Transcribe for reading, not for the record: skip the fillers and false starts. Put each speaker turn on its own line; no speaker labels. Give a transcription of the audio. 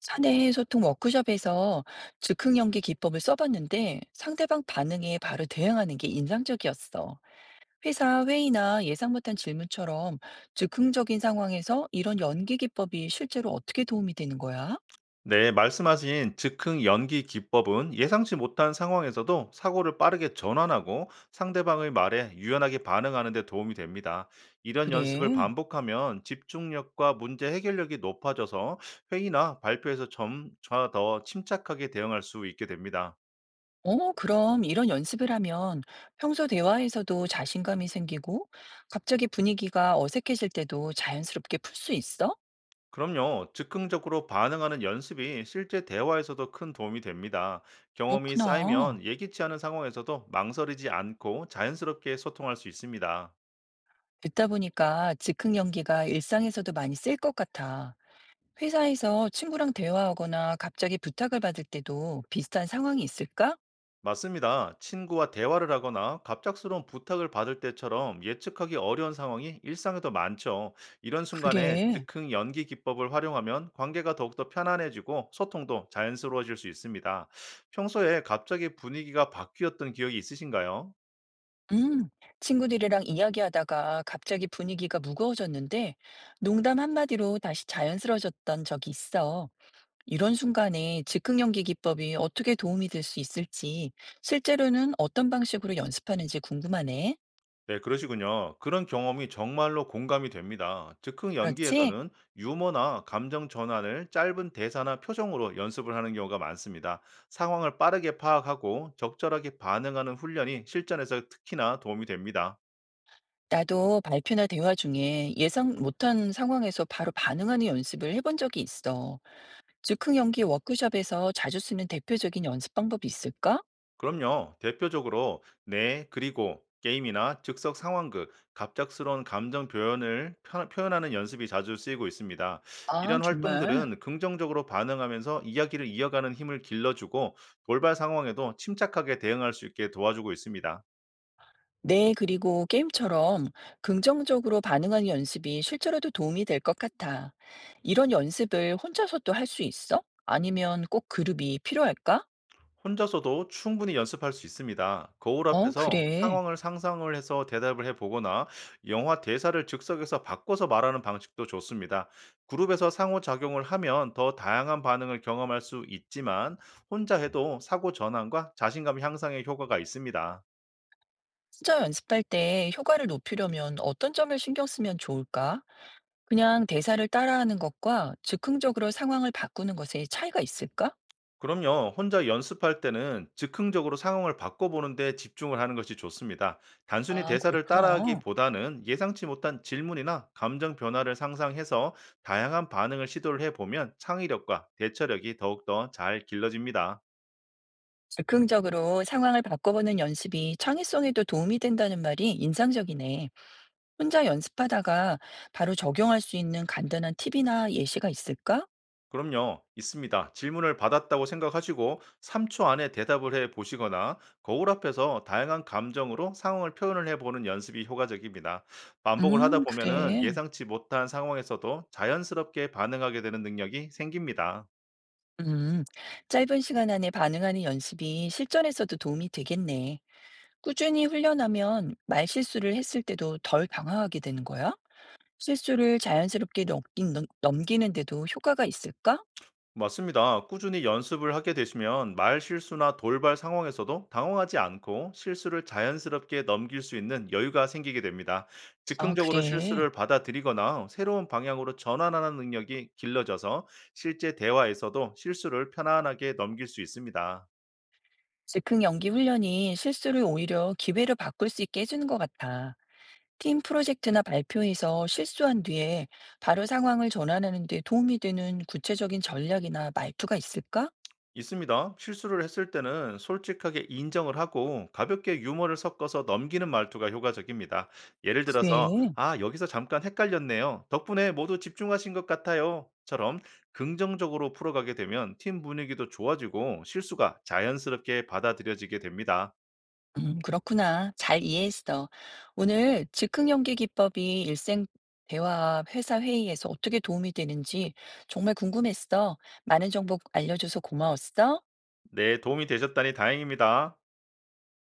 사내 소통 워크숍에서 즉흥 연기 기법을 써봤는데 상대방 반응에 바로 대응하는 게 인상적이었어. 회사 회의나 예상 못한 질문처럼 즉흥적인 상황에서 이런 연기 기법이 실제로 어떻게 도움이 되는 거야?
네, 말씀하신 즉흥 연기 기법은 예상치 못한 상황에서도 사고를 빠르게 전환하고 상대방의 말에 유연하게 반응하는 데 도움이 됩니다. 이런 연습을
그래.
반복하면 집중력과 문제 해결력이 높아져서 회의나 발표에서 점차 더 침착하게 대응할 수 있게 됩니다.
어, 그럼 이런 연습을 하면 평소 대화에서도 자신감이 생기고 갑자기 분위기가 어색해질 때도 자연스럽게 풀 수 있어?
그럼요, 즉흥적으로 반응하는 연습이 실제 대화에서도 큰 도움이 됩니다. 경험이
그렇구나.
쌓이면 예기치 않은 상황에서도 망설이지 않고 자연스럽게 소통할 수 있습니다.
듣다 보니까 즉흥 연기가 일상에서도 많이 쓸 것 같아. 회사에서 친구랑 대화하거나 갑자기 부탁을 받을 때도 비슷한 상황이 있을까?
맞습니다. 친구와 대화를 하거나 갑작스러운 부탁을 받을 때처럼 예측하기 어려운 상황이 일상에도 많죠. 이런 순간에
그래.
즉흥 연기 기법을 활용하면 관계가 더욱더 편안해지고 소통도 자연스러워질 수 있습니다. 평소에 갑자기 분위기가 바뀌었던 기억이 있으신가요?
음, 친구들이랑 이야기하다가 갑자기 분위기가 무거워졌는데 농담 한마디로 다시 자연스러워졌던 적이 있어. 이런 순간에 즉흥 연기 기법이 어떻게 도움이 될 수 있을지, 실제로는 어떤 방식으로 연습하는지 궁금하네.
네, 그러시군요. 그런 경험이 정말로 공감이 됩니다. 즉흥
그렇지?
연기에서는 유머나 감정 전환을 짧은 대사나 표정으로 연습을 하는 경우가 많습니다. 상황을 빠르게 파악하고 적절하게 반응하는 훈련이 실전에서 특히나 도움이 됩니다.
나도 발표나 대화 중에 예상 못한 상황에서 바로 반응하는 연습을 해본 적이 있어. 즉흥 연기 워크숍에서 자주 쓰는 대표적인 연습 방법이 있을까?
그럼요. 대표적으로 네, 그리고 게임이나 즉석 상황극, 갑작스러운 감정 표현을 표현하는 연습이 자주 쓰이고 있습니다.
아,
이런
정말.
활동들은 긍정적으로 반응하면서 이야기를 이어가는 힘을 길러주고 돌발 상황에도 침착하게 대응할 수 있게 도와주고 있습니다.
네, 그리고 게임처럼 긍정적으로 반응하는 연습이 실제로도 도움이 될 것 같아. 이런 연습을 혼자서도 할 수 있어? 아니면 꼭 그룹이 필요할까?
혼자서도 충분히 연습할 수 있습니다. 거울
어,
앞에서
그래.
상황을 상상을 해서 대답을 해보거나 영화 대사를 즉석에서 바꿔서 말하는 방식도 좋습니다. 그룹에서 상호작용을 하면 더 다양한 반응을 경험할 수 있지만 혼자 해도 사고 전환과 자신감 향상에 효과가 있습니다.
혼자 연습할 때 효과를 높이려면 어떤 점을 신경 쓰면 좋을까? 그냥 대사를 따라하는 것과 즉흥적으로 상황을 바꾸는 것의 차이가 있을까?
그럼요. 혼자 연습할 때는 즉흥적으로 상황을 바꿔보는데 집중을 하는 것이 좋습니다. 단순히
아,
대사를
그렇구나.
따라하기보다는 예상치 못한 질문이나 감정 변화를 상상해서 다양한 반응을 시도를 해보면 창의력과 대처력이 더욱더 잘 길러집니다.
즉흥적으로 상황을 바꿔보는 연습이 창의성에도 도움이 된다는 말이 인상적이네. 혼자 연습하다가 바로 적용할 수 있는 간단한 팁이나 예시가 있을까?
그럼요, 있습니다. 질문을 받았다고 생각하시고 3초 안에 대답을 해 보시거나 거울 앞에서 다양한 감정으로 상황을 표현을 해 보는 연습이 효과적입니다. 반복을 하다 보면은
그래.
예상치 못한 상황에서도 자연스럽게 반응하게 되는 능력이 생깁니다.
음, 짧은 시간 안에 반응하는 연습이 실전에서도 도움이 되겠네. 꾸준히 훈련하면 말실수를 했을 때도 덜 방황하게 되는 거야? 실수를 자연스럽게 넘기는데도 효과가 있을까?
맞습니다. 꾸준히 연습을 하게 되시면 말 실수나 돌발 상황에서도 당황하지 않고 실수를 자연스럽게 넘길 수 있는 여유가 생기게 됩니다.
아,
즉흥적으로
그래.
실수를 받아들이거나 새로운 방향으로 전환하는 능력이 길러져서 실제 대화에서도 실수를 편안하게 넘길 수 있습니다.
즉흥 연기 훈련이 실수를 오히려 기회로 바꿀 수 있게 해주는 것 같아. 팀 프로젝트나 발표에서 실수한 뒤에 바로 상황을 전환하는 데 도움이 되는 구체적인 전략이나 말투가 있을까?
있습니다. 실수를 했을 때는 솔직하게 인정을 하고 가볍게 유머를 섞어서 넘기는 말투가 효과적입니다. 예를 들어서,
그래.
아, 여기서 잠깐 헷갈렸네요. 덕분에 모두 집중하신 것 같아요. 처럼 긍정적으로 풀어가게 되면 팀 분위기도 좋아지고 실수가 자연스럽게 받아들여지게 됩니다.
그렇구나. 잘 이해했어. 오늘 즉흥 연기 기법이 일생 대화와 회사 회의에서 어떻게 도움이 되는지 정말 궁금했어. 많은 정보 알려줘서 고마웠어.
네, 도움이 되셨다니 다행입니다.